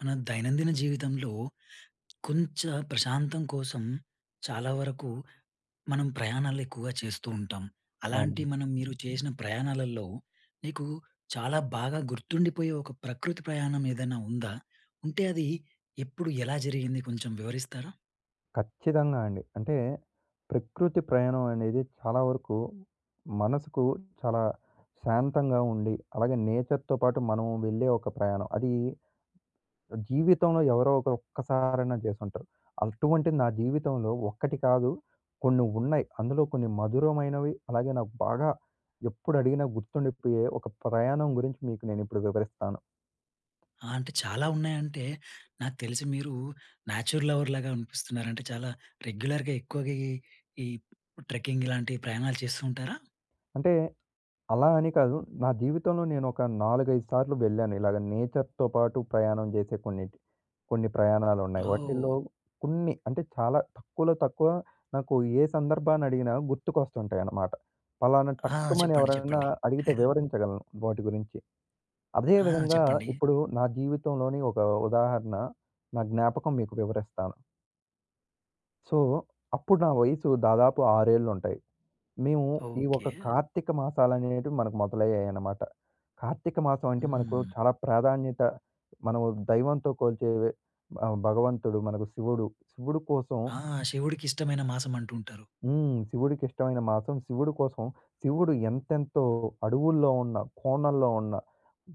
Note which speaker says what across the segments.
Speaker 1: మన దైనందిన జీవితంలో కొంచెం ప్రశాంతం కోసం చాలా వరకు మనం ప్రయాణాలు ఎక్కువగా చేస్తూ ఉంటాం. అలాంటి
Speaker 2: అవును.
Speaker 1: మనం మీరు చేసిన ప్రయాణాలలో మీకు చాలా బాగా గుర్తుండిపోయే ఒక ప్రకృతి ప్రయాణం ఏదైనా ఉందా? ఉంటే అది ఎప్పుడు, ఎలా జరిగింది కొంచెం వివరిస్తారా?
Speaker 2: ఖచ్చితంగా అండి. అంటే ప్రకృతి ప్రయాణం అనేది చాలా వరకు మనసుకు చాలా శాంతంగా ఉండి, అలాగే నేచర్‌తో పాటు మనం వెళ్ళే ఒక ప్రయాణం. అది జీవితంలో ఎవరో ఒకరు ఒక్కసారైనా చేసుంటారు. అటువంటి నా జీవితంలో ఒక్కటి కాదు కొన్ని ఉన్నాయి. అందులో కొన్ని మధురమైనవి, అలాగే నాకు బాగా ఎప్పుడు అడిగినా గుర్తుండిపోయే ఒక ప్రయాణం గురించి మీకు నేనిప్పుడు వివరిస్తాను.
Speaker 1: అంటే చాలా ఉన్నాయంటే నాకు తెలిసి మీరు నేచర్ లవర్‌లాగా అనిపిస్తున్నారు. అంటే చాలా రెగ్యులర్‌గా ఎక్కువగా ఈ ట్రెక్కింగ్ ఇలాంటి ప్రయాణాలు చేస్తూ ఉంటారా?
Speaker 2: అంటే అలా అని కాదు. నా జీవితంలో నేనొక 4, 5 సార్లు వెళ్ళాను. ఇలాగ నేచర్‌తో పాటు ప్రయాణం చేసే కొన్ని కొన్ని ప్రయాణాలున్నాయి.
Speaker 1: ఓహ్!
Speaker 2: వాటిల్లో కొన్ని అంటే చాలా తక్కువలో తక్కువ నాకు ఏ సందర్భాన్ని అడిగినా గుర్తుకొస్తుంటాయన్నమాట. పలానా
Speaker 1: ఆ!
Speaker 2: టక్కుమని
Speaker 1: చెప్పండి.
Speaker 2: ఎవరన్నా
Speaker 1: చెప్పండి.
Speaker 2: అడిగితే వివరించగలను వాటి గురించి. అదే
Speaker 1: ఆ!
Speaker 2: విధంగా
Speaker 1: చెప్పండి.
Speaker 2: ఇప్పుడు నా జీవితంలోని ఒక ఉదాహరణ, నా జ్ఞాపకం మీకు వివరిస్తాను. సో, అప్పుడు నా వయసు దాదాపు 6 ఏళ్లుంటాయి. మేము ఈ ఒక
Speaker 1: ఓకే.
Speaker 2: కార్తీక మాసాలనేటివి మనకు మొదలయ్యాయన్నమాట. కార్తీక మాసం అంటే మనకు
Speaker 1: హ్మ్.
Speaker 2: చాలా ప్రాధాన్యత. మనము దైవంతో కోల్చే భగవంతుడు మనకు శివుడు. శివుడు కోసం
Speaker 1: ఆ! శివుడికిష్టమైన మాసం అంటూ ఉంటారు.
Speaker 2: హ్మ్. శివుడికి ఇష్టమైన మాసం. శివుడి కోసం శివుడు ఎంతెంతో అడవుల్లో ఉన్న, కోణల్లో ఉన్న,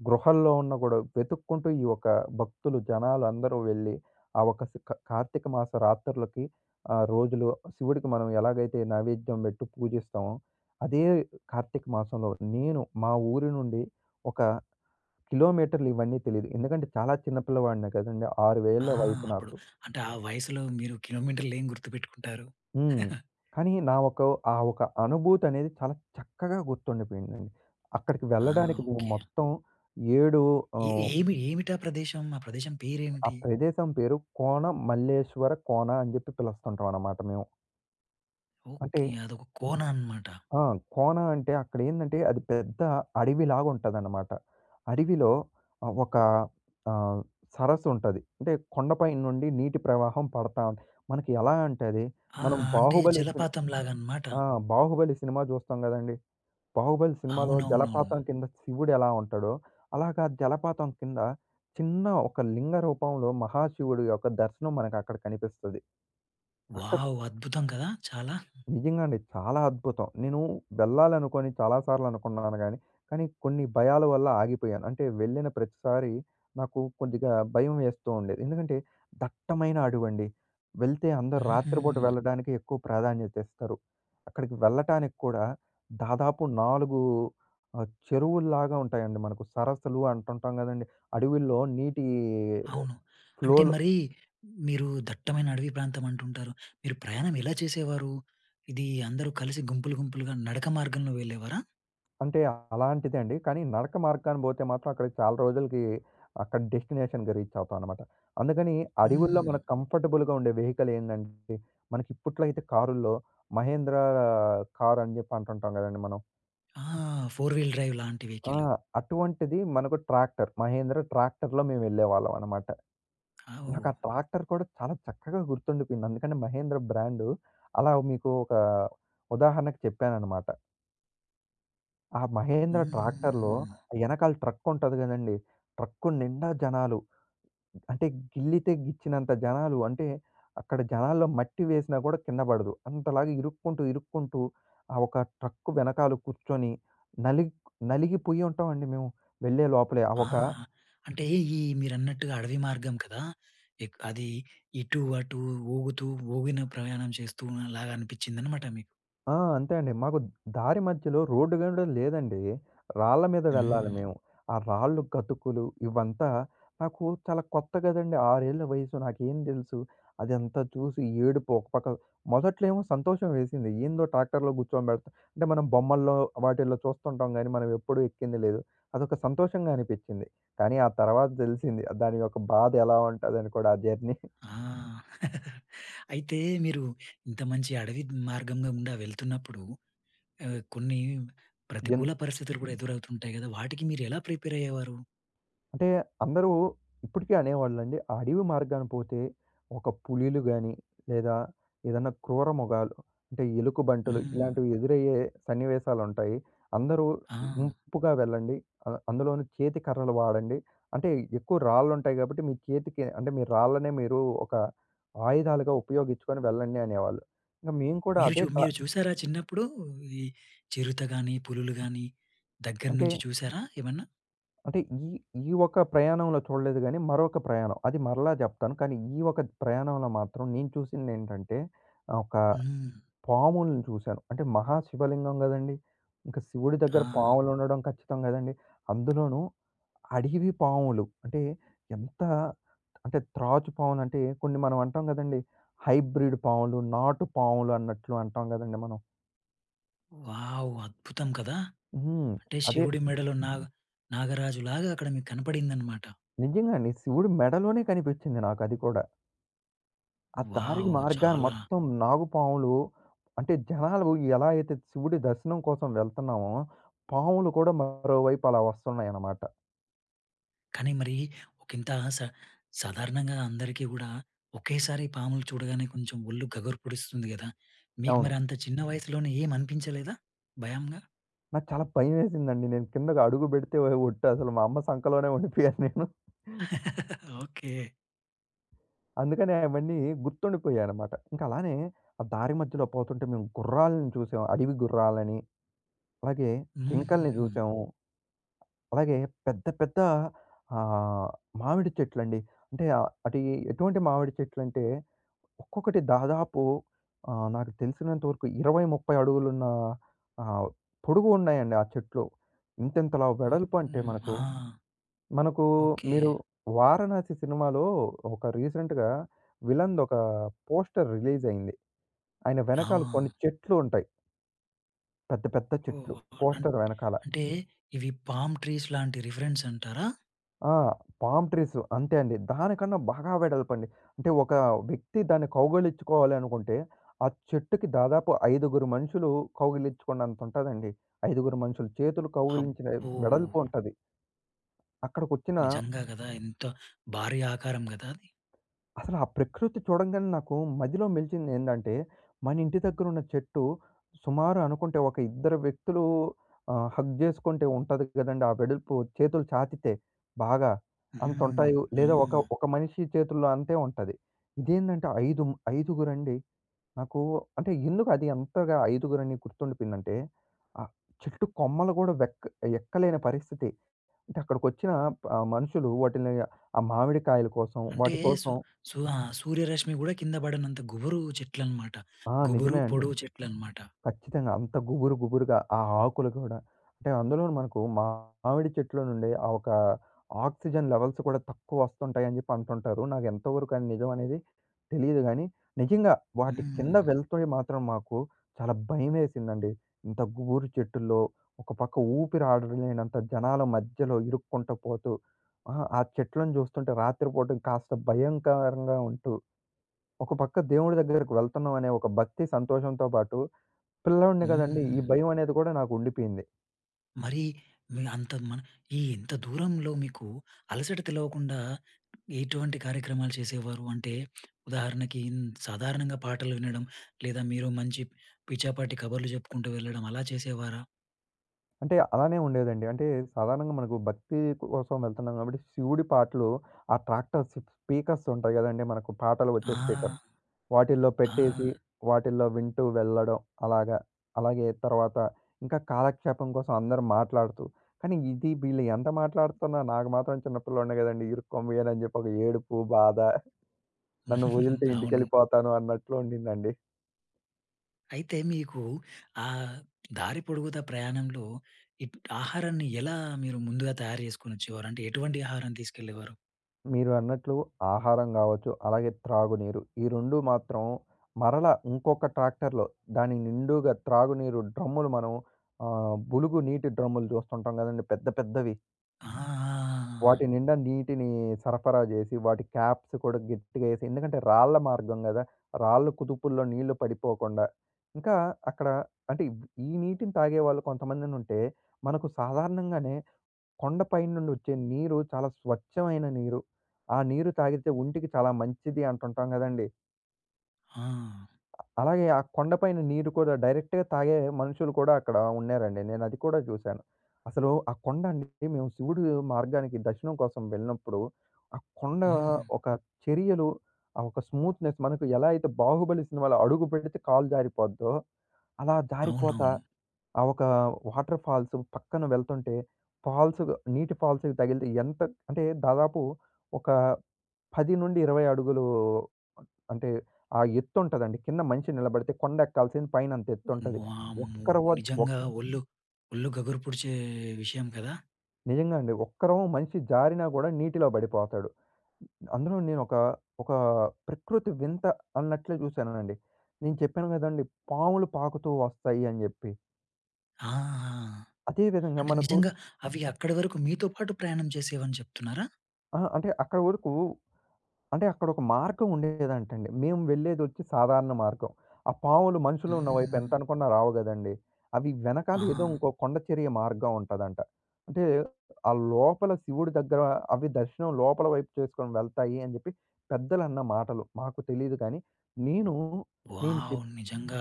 Speaker 2: గృహల్లో ఉన్న కూడా వెతుక్కుంటూ ఈ యొక్క భక్తులు జనాలు అందరూ వెళ్ళి, ఆ ఒక స్ క కార్తీక మాస రాత్రులకి రోజులు శివుడికి మనం ఎలాగైతే నైవేద్యం పెట్టి పూజిస్తామో, అదే కార్తీక మాసంలో నేను మా ఊరి నుండి ఒక కిలోమీటర్లు ఇవన్నీ తెలీదు. ఎందుకంటే చాలా చిన్న పిల్లవాడినే కదండీ. 6
Speaker 1: ఆ!
Speaker 2: ఏళ్ల వయసు
Speaker 1: అప్పుడు
Speaker 2: నాకు.
Speaker 1: అంటే ఆ వయసులో మీరు కిలోమీటర్లేం గుర్తుపెట్టుకుంటారు.
Speaker 2: హ్మ్. కానీ నా ఒక ఆ ఒక అనుభూతనేది చాలా చక్కగా గుర్తుండిపోయిందండి. అక్కడికి
Speaker 1: ఆ!
Speaker 2: వెళ్ళడానికి మేము
Speaker 1: ఓకే.
Speaker 2: మొత్తం 7
Speaker 1: ఏ
Speaker 2: ఆహ్,
Speaker 1: ఏమి ఏమిటా ప్రదేశం? ఆ ప్రదేశం
Speaker 2: ఆ
Speaker 1: పేరేమిటి?
Speaker 2: ప్రదేశం పేరు కోన మల్లేశ్వర కోన అని జెప్పి పిలుస్తుంటామనమాట మేము. అంటే
Speaker 1: ఓకే. అదొక కోన అన్నమాట.
Speaker 2: ఆ! కోన అంటే అక్కడేందంటే అది పెద్ద అడవిలాగుంటదనమాట. అడవిలో ఒక ఆహ్, సరస్సుంటది. అంటే కొండపై నుండి నీటి ప్రవాహం పడతా మనకి ఎలా అంటే అది
Speaker 1: ఆ!
Speaker 2: మనం
Speaker 1: అంటే
Speaker 2: 'బాహుబలి'
Speaker 1: జలపాతం లాగా అన్నమాట.
Speaker 2: ఆ! 'బాహుబలి' సినిమా జూస్తాం గదండీ! 'బాహుబలి' సినిమాలో
Speaker 1: అవునవునవును.
Speaker 2: జలపాతం కింద శివుడు ఎలా ఉంటాడో, అలాగా జలపాతం కింద చిన్న ఒక లింగ రూపంలో మహాశివుడి యొక్క దర్శనం మనకక్కడ కనిపిస్తది. అక్కడ
Speaker 1: వావ్! అద్భుతం కదా! చాలా.
Speaker 2: నిజంగా అండి. చాలా అద్భుతం. నేను వెళ్ళాలనుకోని చాలా సార్లు అనుకున్నాను గానీ, కానీ కొన్ని భయాల వల్ల ఆగిపోయాను. అంటే వెళ్ళిన ప్రతిసారి నాకు కొద్దిగా భయం వేస్తూ ఉండేది. ఎందుకంటే దట్టమైన అడవండి. వెళ్తే అందరూ
Speaker 1: హుహు.
Speaker 2: రాత్రిపూట వెళ్ళడానికి ఎక్కువ ప్రాధాన్యత ఇస్తారు. అక్కడికి వెళ్ళటానికి కూడా దాదాపు 4 చెరువుల్లాగా ఉంటాయండి మనకు. సరస్సులు అంటుంటాం గదండీ. అడవుల్లో నీటి
Speaker 1: అవును.
Speaker 2: ఫ్లో
Speaker 1: అంటే మరి మీరు దట్టమైన అడవి ప్రాంతం అంటుంటారు. మీరు ప్రయాణం ఎలా చేసేవారు? ఇది అందరూ కలిసి గుంపులు గుంపులుగా నడక మార్గంలో వెళ్ళేవారా?
Speaker 2: అంటే అలాంటిదే అండి. కానీ నడక మార్గాన బోతే మాత్రం అక్కడికి చాలా రోజులకి అక్కడ డెస్టినేషన్‌కి రీచ్ అవుతాం అనమాట. అందుకని
Speaker 1: హ్మ్.
Speaker 2: అడవుల్లో
Speaker 1: హ్మ్.
Speaker 2: మనకు కంఫర్టబుల్‌గా ఉండే వెహికల్ ఏందంటే, మనకి ఇప్పట్లో అయితే కారుల్లో మహేంద్ర కార్ అని జెప్పి అంటుంటాం గదండీ మనం.
Speaker 1: ఆ! ఫోర్ వీల్ డ్రైవ్ లాంటి
Speaker 2: ఆ!
Speaker 1: వెహికల్.
Speaker 2: అటువంటిది మనకు ట్రాక్టర్. మహేంద్ర ట్రాక్టర్‌లో మేము వెళ్ళేవాళ్ళం అనమాట.
Speaker 1: ఆ!
Speaker 2: నాకు
Speaker 1: ఓహ్!
Speaker 2: ఆ ట్రాక్టర్ కూడా చాలా చక్కగా గుర్తుండిపోయింది. అందుకని మహేంద్ర బ్రాండు అలా మీకు ఒక ఉదాహరణకు చెప్పాననమాట. ఆ మహేంద్ర ట్రాక్టర్‌లో
Speaker 1: హుహుహు.
Speaker 2: ఎనకాల ట్రక్ ఉంటది గదండీ! ట్రక్కు నిండా జనాలు. అంటే గిల్లితే గిచ్చినంత జనాలు. అంటే అక్కడ జనాల్లో మట్టి వేసినా గూడా కింద పడదు. అంతలాగా ఇరుక్కుంటూ, ఇరుక్కుంటూ ఆ ఒక ట్రక్కు వెనకాల కూర్చొని నలిగ్ నలిగిపోయి ఉంటామండి మేము వెళ్ళే లోపలే.
Speaker 1: ఆ! అంటే ఈ మీరన్నట్టుగా అడవి మార్గం కదా! అది ఇటు అటు ఊగుతూ, ఊగిన ప్రయాణం చేస్తూ అలాగా అనిపించిందనమాట మీకు.
Speaker 2: ఆ! అంతే అండి. మాకు దారి మధ్యలో రోడ్డు గూడా లేదండి. రాళ్ళ మీద వెళ్ళాలి
Speaker 1: హ్మ్.
Speaker 2: మేము. ఆ రాళ్ళు, గతుకులు ఇవంతా నాకు చాలా కొత్త గదండీ. 6 ఏళ్ల వయసు నాకేం దెలుసు? అదంతా చూసి ఏడుపు ఒక పక్క. మొదట్లో ఏమో సంతోషం వేసింది. ఏందో ట్రాక్టర్‌లో కూర్చోబెడతా అంటే మనం బొమ్మల్లో వాటిల్లో చూస్తుంటాం గానీ, మనం ఎప్పుడూ ఎక్కింది లేదు. అదొక సంతోషంగా అనిపిచ్చింది. కానీ ఆ తర్వాత దెలిసింది దాని యొక్క బాధ ఎలా ఉంటదని కూడా ఆ జర్నీ.
Speaker 1: ఆ! అయితే మీరు ఇంత మంచి అడవి మార్గంగా గుండా వెళ్తున్నప్పుడు కొన్ని
Speaker 2: ఎన్
Speaker 1: ప్రతికూల పరిస్థితులు కూడా ఎదురవుతుంటాయి గదా! వాటికి మీరెలా ప్రిపేర్ అయ్యేవారు?
Speaker 2: అంటే అందరూ ఇప్పటికీ అనేవాళ్ళండి. ఆ అడవి మార్గాన పోతే ఒక పులిలు గాని, లేదా ఏదన్నా క్రూర మృగాలు అంటే ఎలుకబంటులు
Speaker 1: హ్మ్.
Speaker 2: ఇలాంటివి ఎదురయ్యే సన్నివేశాలుంటాయి. అందరూ
Speaker 1: ఆ!
Speaker 2: గుంపుగా వెళ్ళండి. అందులోను చేతి కర్రలు వాడండి. అంటే ఎక్కువ రాళ్ళుంటాయి గాబట్టి మీ చేతికి అంటే మీ రాళ్ళనే మీరు ఒక ఆయుధాలుగా ఉపయోగించుకొని వెళ్ళండి అనేవాళ్ళు. ఇంక మేము కూడా అదే
Speaker 1: మీరు చూసారా చిన్నప్పుడు ఈ చిరుత గాని, పులులు గాని దగ్గర
Speaker 2: అంటే
Speaker 1: నుంచి చూసారా ఏమన్నా?
Speaker 2: అంటే ఈ ఈ ఒక్క ప్రయాణంలో చూడలేదు గానీ, మరొక ప్రయాణం. అది మరలా జెప్తాను. కానీ, ఈ ఒక ప్రయాణంలో మాత్రం నేను చూసిందేంటంటే, ఒక
Speaker 1: హ్మ్.
Speaker 2: పాములను చూశాను. అంటే మహా శివలింగం గదండీ! ఇంక శివుడి
Speaker 1: ఆ!
Speaker 2: దగ్గర పాములుండడం ఖచ్చితం గదండీ! అందులోనూ అడవి పాములు. అంటే ఎంత అంటే త్రాచు పాములంటే కొన్ని మనం అంటాం గదండీ! హైబ్రిడ్ పాములు, నాటు పాములు అన్నట్లు అంటాం గదండీ మనం.
Speaker 1: వావ్! అద్భుతం కదా!
Speaker 2: హ్మ్.
Speaker 1: అంటే
Speaker 2: అదే
Speaker 1: శివుడి మెడలో నాగరాజులాగా అక్కడ మీకు కనపడిందన్నమాట.
Speaker 2: నిజంగా అండి. శివుడి మెడలోనే కనిపిచ్చింది నాకది కూడా. ఆ దారికి
Speaker 1: వావ్!
Speaker 2: మార్గాన
Speaker 1: చాలా.
Speaker 2: మొత్తం నాగుపాములు అంటే జనాలు ఎలా అయితే శివుడి దర్శనం కోసం వెళ్తున్నామో, పాములు కూడా మరోవైపు అలా వస్తున్నాయన్నమాట.
Speaker 1: కానీ మరి ఒకింత స సాధారణంగా అందరికీ గూడా ఒకేసారి పాములు చూడగానే కొంచెం ఒళ్ళు గగుర్పుడిస్తుంది గదా! మీకు
Speaker 2: అవును.
Speaker 1: మరి అంత చిన్న వయసులోనే ఏమనిపించలేదా? భయంగా?
Speaker 2: నాకు చాలా భయమేసిందండి. నేను కిందకి అడుగు పెడితే ఒట్టి అసలు మా అమ్మ సంకలోనే ఉండిపోయాను నేను.
Speaker 1: ఓకే.
Speaker 2: అందుకని అవన్నీ గుర్తుండిపోయాయన్నమాట. ఇంకా అలానే ఆ దారి మధ్యలో పోతుంటే మేము గుర్రాలను చూసాం. అడవి గుర్రాలని, అలాగే జింకల్ని
Speaker 1: హుహు.
Speaker 2: చూసాము. అలాగే పెద్ద పెద్ద ఆహ్, మామిడి చెట్లండి. అంటే ఆ- అటు ఎటువంటి మామిడి చెట్లంటే ఒక్కొక్కటి దాదాపు నాకు తెలిసినంత వరకు 20, 30 అడుగులున్న ఆహ్, పొడుగు ఉన్నాయండి ఆ చెట్లు. ఇంతింతలా
Speaker 1: ఓ
Speaker 2: వెడల్పు అంటే
Speaker 1: హ్మ్.
Speaker 2: మనకు,
Speaker 1: ఆ!
Speaker 2: మనకు
Speaker 1: ఓకే.
Speaker 2: మీరు 'వారణాసి' సినిమాలో ఒక రీసెంట్‌గా విలన్‌దొక పోస్టర్ రిలీజ్ అయింది. ఆయన
Speaker 1: ఆ!
Speaker 2: వెనకాల కొన్ని చెట్లు ఉంటాయి. పెద్ద పెద్ద చెట్లు
Speaker 1: ఓహ్!
Speaker 2: పోస్టర్ వెనకాల.
Speaker 1: అంటే ఇవి పామ్ ట్రీస్ లాంటి రిఫరెన్స్ అంటారా?
Speaker 2: ఆ! పామ్ ట్రీస్ అంతే అండి. దానికన్నా బాగా వెడల్పండి. అంటే ఒక వ్యక్తి దాన్ని కౌగిలించుకోవాలి అనుకుంటే, ఆ చెట్టుకి దాదాపు ఐదుగురు మనుషులు కౌగిలించుకున్నంత ఉంటదండి. ఐదుగురు మనుషులు చేతులు కౌగిలించిన
Speaker 1: అబ్బో!
Speaker 2: వెడల్పు ఉంటది. అక్కడికొచ్చిన
Speaker 1: నిజంగా గదా! ఎంత భారీ ఆకారం గదా అది.
Speaker 2: అసలు ఆ ప్రకృతి చూడంగానే నాకు మదిలో మెలిచింది ఏందంటే, మన ఇంటి దగ్గరున్న చెట్టు సుమారు అనుకుంటే ఒక ఇద్దరు వ్యక్తులు హగ్ జేసుకుంటే ఉంటది గదండీ! ఆ వెడల్పు చేతులు చాచితే బాగా
Speaker 1: హ్మ్.
Speaker 2: అంతుంటాయి. లేదా ఒక
Speaker 1: హ్మ్.
Speaker 2: ఒక మనిషి చేతుల్లో అంతే ఉంటది. ఇదేందంటే ఐదుగురండి. నాకు అంటే ఎందుకు అది అంతగా ఐదుగురని గుర్తుండిపోయిందంటే, ఆ చెట్టు కొమ్మలు గూడా ఎక్కలేని పరిస్థితి. అంటే అక్కడికొచ్చిన మనుషులు వాటిని ఆ మామిడికాయల కోసం
Speaker 1: అంటే
Speaker 2: వాటి
Speaker 1: సు
Speaker 2: కోసం
Speaker 1: సు ఆ! సూర్యరశ్మి గూడా కింద బడనంత గుబురు చెట్లనమాట.
Speaker 2: ఆ!
Speaker 1: గుబురు,
Speaker 2: నిజమే అండి.
Speaker 1: పొడవు ఓకే. చెట్లనమాట.
Speaker 2: ఖచ్చితంగా. అంత గుబురు గుబురుగా ఆ ఆకులు కూడా. అంటే అందులోను మనకు మామిడి చెట్లో నుండి ఆ ఒక ఆక్సిజన్ లెవెల్స్ కూడా తక్కువ వస్తుంటాయి అని చెప్పి అంటుంటారు. నాకు ఎంతవరకు అది నిజం అనేది తెలీదు గానీ, నిజంగా వాటి కింద
Speaker 1: హ్మ్.
Speaker 2: వెళ్తే మాత్రం మాకు చాలా భయమేసిందండి. ఇంత గుబురు చెట్టుల్లో ఒక పక్క ఊపిరి ఆడలేనంత జనాల మధ్యలో ఇరుక్కుంట పోతూ, ఆ చెట్లను చూస్తుంటే రాత్రిపూట కాస్త భయంకరంగా ఉంటూ ఒక పక్క దేవుడి దగ్గరికి వెళ్తున్నాం అనే ఒక భక్తి సంతోషంతో పాటు, పిల్లోడిని కదండీ!
Speaker 1: హ్మ్.
Speaker 2: ఈ భయం అనేది కూడా నాకు ఉండిపోయింది.
Speaker 1: మరి మీ అంత మన ఈ ఇంత దూరంలో మీకు అలసట తెలవకుండా ఎటువంటి కార్యక్రమాలు చేసేవారు? అంటే ఉదాహరణకి సాధారణంగా పాటలు వినడం, లేదా మీరు మంచి పిచ్చాపాటి కబుర్లు జెప్పుకుంటూ వెళ్ళడం అలా చేసేవారా?
Speaker 2: అంటే అలానే ఉండేదండి. అంటే సాధారణంగా మనకు భక్తి కోసం వెళ్తున్నాం కాబట్టి శివుడి పాటలు ఆ ట్రాక్టర్ స్పీకర్స్ ఉంటాయి కదండీ! మనకు పాటలు
Speaker 1: ఆ!
Speaker 2: వచ్చే స్పీకర్. వాటిల్లో
Speaker 1: ఆ!
Speaker 2: పెట్టేసి వాటిల్లో వింటూ వెళ్ళడం అలాగా. అలాగే తర్వాత ఇంకా కాలక్షేపం కోసం అందరూ మాట్లాడుతూ, కానీ ఇది వీళ్ళు ఎంత మాట్లాడుతున్నా నాకు మాత్రం చిన్న పిల్లోడినే కదండీ! ఇరుక్కోబోయానని చెప్పి ఒక ఏడుపు, బాధ. నన్ను వదిలితే
Speaker 1: అవును.
Speaker 2: ఇంటికెళ్ళిపోతాను అన్నట్లు ఉండిందండి.
Speaker 1: అయితే మీకు ఆ దారి పొడుగుతా ప్రయాణంలో ఆహారాన్ని ఎలా మీరు ముందుగా తయారు చేసుకొని వచ్చేవారు? అంటే ఎటువంటి ఆహారం తీసుకెళ్ళేవారు?
Speaker 2: మీరు అన్నట్లు ఆహారం గావచ్చు, అలాగే త్రాగునీరు ఈ 2 మాత్రం మరలా ఇంకొక ట్రాక్టర్‌లో దాని నిండుగా త్రాగునీరు డ్రమ్ములు మనం బులుగు నీటి డ్రమ్ములు చూస్తుంటాం గదండీ పెద్ద పెద్దవి.
Speaker 1: ఆ! ఆ!
Speaker 2: వాటి నిండా నీటిని సరఫరా జేసి, వాటి క్యాప్స్ కూడా గట్టిగా యేసి ఎందుకంటే రాళ్ళ మార్గం గదా! రాళ్ళు కుదుపుల్లో నీళ్లు పడిపోకుండా. ఇంకా అక్కడ అంటే ఈ నీటిని తాగేవాళ్ళు కొంతమందినుంటే, మనకు సాధారణంగానే కొండపై నుండి వచ్చే నీరు చాలా స్వచ్ఛమైన నీరు. ఆ నీరు తాగితే ఒంటికి చాలా మంచిది అంటుంటాం గదండీ!
Speaker 1: ఆ!
Speaker 2: అలాగే ఆ కొండపైన నీరు కూడా డైరెక్ట్‌గా తాగే మనుషులు కూడా అక్కడ ఉన్నారండి. నేను అది కూడా చూశాను. అసలు ఆ కొండ అండి మేము శివుడు మార్గానికి దర్శనం కోసం వెళ్ళినప్పుడు, ఆ కొండ
Speaker 1: హ్మ్.
Speaker 2: ఒక చర్యలు, ఆ ఒక స్మూత్‌నెస్ మనకు ఎలా అయితే 'బాహుబలి' సినిమాలో అడుగు పెడితే కాలు జారిపోద్దో, అలా జారిపోతా
Speaker 1: అవునవును.
Speaker 2: ఆ ఒక వాటర్ ఫాల్స్ పక్కన వెళ్తుంటే ఫాల్స్‌గా నీటి ఫాల్స్‌కి తగిలితే ఎంత అంటే దాదాపు ఒక 10-20 అడుగులు అంటే ఆ ఎత్తుంటదండి. కింద మనిషి నిలబడితే కొండెక్కాల్సింది పైన అంత ఎత్తుంటది.
Speaker 1: వామ్మో!
Speaker 2: ఒక్కరు వ ఒక్
Speaker 1: నిజంగా ఒళ్ళు గగురు పుడిచే విషయం కదా!
Speaker 2: నిజంగా అండి. ఒక్కరం మనిషి జారినా గూడా నీటిలో పడిపోతాడు. అందులో నేనొక ఒక ఒక ప్రకృతి వింత అన్నట్లే చూశానండి. నేను చెప్పాను గదండీ! పాములు పాకుతూ వస్తాయి అని జెప్పి.
Speaker 1: ఆ!
Speaker 2: అదే విధంగా
Speaker 1: అంటే
Speaker 2: మనకు
Speaker 1: నిజంగా అవి అక్కడి వరకు మీతో పాటు ప్రయాణం చేసేవని చెప్తున్నారా?
Speaker 2: ఆ! అంటే అక్కడ వరకు అంటే అక్కడొక మార్గం ఉండేదంటండి. మేము వెళ్ళేదొచ్చి సాధారణ మార్గం. ఆ పాములు మనుషులు ఉన్న వైపు
Speaker 1: హ్మ్.
Speaker 2: ఎంతనుకున్నా రావు గదండీ! అవి వెనకాల
Speaker 1: ఆ!
Speaker 2: ఏదో ఇంకో కొండచర్య మార్గం ఉంటదంట. అంటే ఆ లోపల శివుడి దగ్గర అవి దర్శనం లోపల వైపు చేసుకొని వెళ్తాయి అని జెప్పి పెద్దలన్న మాటలు. మాకు తెలీదు కానీ, నేను నేను
Speaker 1: వావ్!
Speaker 2: చెప్
Speaker 1: నిజంగా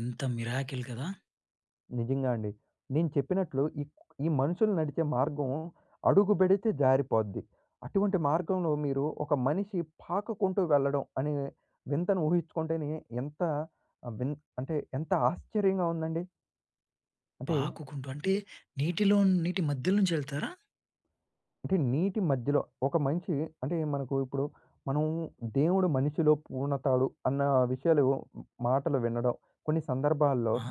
Speaker 1: ఎంత మిరాకిల్ కదా!
Speaker 2: నిజంగా అండి. నేను చెప్పినట్లు ఈ ఈ మనుషులు నడిచే మార్గం అడుగు బెడితే జారిపోద్ది. అటువంటి మార్గంలో మీరు ఒక మనిషి పాకకుంటూ వెళ్ళడం అనే వింతను ఊహించుకుంటేనే ఎంత ఆహ్, విన్ అంటే ఎంత ఆశ్చర్యంగా ఉందండి. అంటే,
Speaker 1: పాకుకుంటూ అంటే నీటిలో నీటి మధ్యలో నుంచి వెళ్తారా?
Speaker 2: నీటి మధ్యలో ఒక మనిషి అంటే మనకు ఇప్పుడు మనం దేవుడు మనిషిలో పూర్ణతాడు అన్న విషయాలు మాటలు వినడం. కొన్ని సందర్భాల్లో
Speaker 1: ఆ!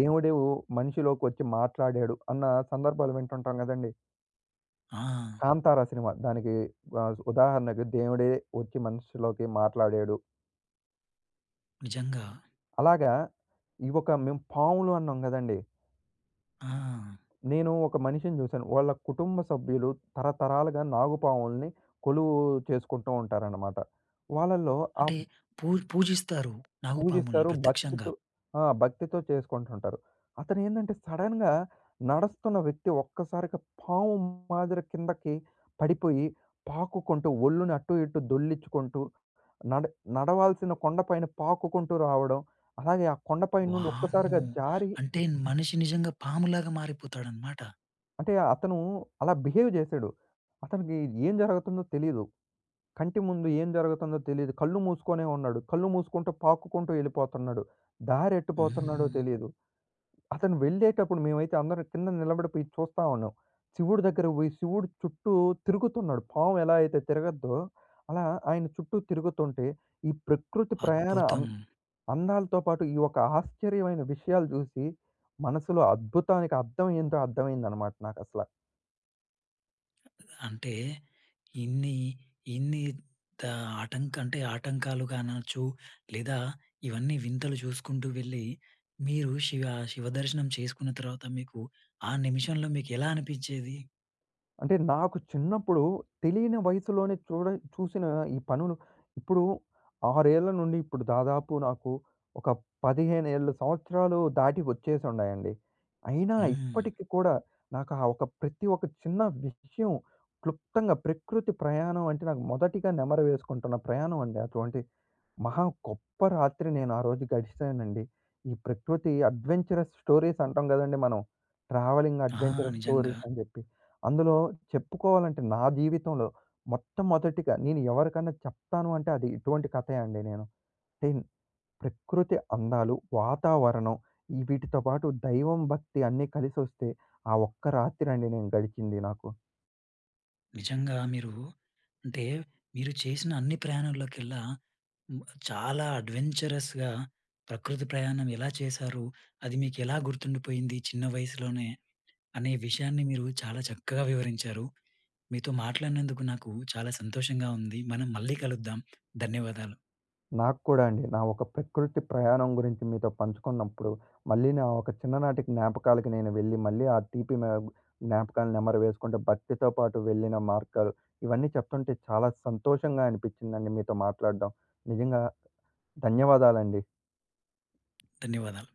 Speaker 2: దేవుడు మనిషిలోకొచ్చి మాట్లాడాడు అన్న సందర్భాలు వింటుంటాం గదండీ!
Speaker 1: ఆ!
Speaker 2: 'కాంతార' సినిమా. దానికి ఉదాహరణకు దేవుడే వచ్చి మనిషిలోకి మాట్లాడాడు.
Speaker 1: నిజంగా.
Speaker 2: అలాగా ఈ ఒక మేము పాములు అన్నాం గదండీ!
Speaker 1: ఆ!
Speaker 2: నేను ఒక మనిషిని జూసాను. వాళ్ళ కుటుంబ సభ్యులు తరతరాలుగా నాగుపాముల్ని కొలువు చేసుకుంటూ ఉంటారన్నమాట. వాళ్ళల్లో ఆ
Speaker 1: అంటే పూజిస్తారు నాగుపాముల్ని
Speaker 2: పూజిస్తారు.
Speaker 1: ప్రత్యక్షంగా.
Speaker 2: భక్తితో ఆ! భక్తితో చేసుకుంటుంటారు. అతనేందంటే సడెన్‌గా నడుస్తున్న వ్యక్తి ఒక్కసారిగా పాము మాదిరి కిందకి పడిపోయి, పాకుకుంటూ ఒళ్ళుని అటు ఇటు దొర్లించుకుంటూ నడ నడవాల్సిన కొండపైన పాకుకుంటూ రావడం. అలాగే ఆ కొండపై నుండి
Speaker 1: వామ్మో!
Speaker 2: ఒక్కసారిగా జారి
Speaker 1: అంటే మనిషి నిజంగా పాములాగా మారిపోతాడన్నమాట.
Speaker 2: అంటే అతను అలా బిహేవ్ జేశాడు. అతనికి ఏం జరుగుతుందో తెలీదు. కంటి ముందు ఏం జరుగుతుందో తెలీదు. కళ్ళు మూసుకొనే ఉన్నాడు. కళ్ళు మూసుకుంటూ పాకుకుంటూ ఎళ్ళిపోతున్నాడు. దారి ఎట్టుపోతున్నాడో
Speaker 1: హ్మ్.
Speaker 2: తెలీదు. అతను వెళ్ళేటప్పుడు మేమైతే అందరం కింద నిలబడిపోయి చూస్తా ఉన్నాం. శివుడి దగ్గరకి బోయి శివుడు చుట్టూ తిరుగుతున్నాడు. పాము ఎలా అయితే తిరగద్దో అలా ఆయన చుట్టూ తిరుగుతుంటే ఈ ప్రకృతి ప్రయాణ
Speaker 1: అద్భుతం.
Speaker 2: అందాలతో పాటు ఈ ఒక ఆశ్చర్యమైన విషయాలు చూసి, మనసులో అద్భుతానికి అర్థం ఏంటో అర్థమైందనమాట నాకసల.
Speaker 1: అంటే ఇన్ని, ఇన్ని త ఆటంక అంటే ఆటంకాలు కానొచ్చు, లేదా ఇవన్నీ వింతలు చూసుకుంటూ వెళ్ళి, మీరు శివ శివ దర్శనం చేసుకున్న తర్వాత మీకు ఆ నిమిషంలో మీకెలా అనిపించేది?
Speaker 2: అంటే నాకు చిన్నప్పుడు తెలియని వయసులోనే చూసిన ఈ పనులు ఇప్పుడు 6 ఏళ్ల నుండి ఇప్పుడు దాదాపు నాకు ఒక 15 ఏళ్ళు సంవత్సరాలు దాటి వచ్చేసుండాయండి. అయినా
Speaker 1: హ్మ్.
Speaker 2: ఇప్పటికి కూడా నాకు ఆ ఒక ప్రతి ఒక్క చిన్న విషయం క్లుప్తంగా ప్రకృతి ప్రయాణం అంటే నాకు మొదటిగా నెమరు వేసుకుంటున్న ప్రయాణం అండి అటువంటి మహా గొప్ప రాత్రి నేను ఆ రోజు గడిచానండి. ఈ ప్రకృతి అడ్వెంచరస్ స్టోరీస్ అంటాం గదండీ మనం. ట్రావెలింగ్
Speaker 1: ఆహా!
Speaker 2: అడ్వెంచరస్
Speaker 1: నిజంగా.
Speaker 2: స్టోరీస్ అని జెప్పి. అందులో చెప్పుకోవాలంటే నా జీవితంలో మొట్టమొదటిగా నేను ఎవరికన్నా చెప్తాను అంటే అది ఇటువంటి కథే అండి నేను. అంటే ప్రకృతి అందాలు, వాతావరణం ఈ వీటితో పాటు దైవం భక్తి అన్నీ కలిసొస్తే ఆ ఒక్క రాత్రి అండి నేను గడిచింది నాకు.
Speaker 1: నిజంగా మీరు అంటే మీరు చేసిన అన్ని ప్రయాణాల్లోకెల్లా హ్మ్, చాలా అడ్వెంచరస్‌గా ప్రకృతి ప్రయాణం ఎలా చేశారు? అది మీకెలా గుర్తుండిపోయింది చిన్న వయసులోనే? అనే విషయాన్ని మీరు చాలా చక్కగా వివరించారు. మీతో మాట్లాడినందుకు నాకు చాలా సంతోషంగా ఉంది. మనం మళ్ళీ కలుద్దాం. ధన్యవాదాలు.
Speaker 2: నాకు కూడా అండి. నా ఒక ప్రకృతి ప్రయాణం గురించి మీతో పంచుకున్నప్పుడు, మళ్ళీ నా ఒక చిన్ననాటి జ్ఞాపకాలకి నేను వెళ్ళి, మళ్ళీ ఆ తీపి జ్ఞాపకాలను నెమరవేసుకుంటూ, భక్తితో పాటు వెళ్ళిన మార్గాలు, ఇవన్నీ చెప్తుంటే చాలా సంతోషంగా అనిపించిందండి మీతో మాట్లాడడం. నిజంగా ధన్యవాదాలండి.
Speaker 1: ధన్యవాదాలు.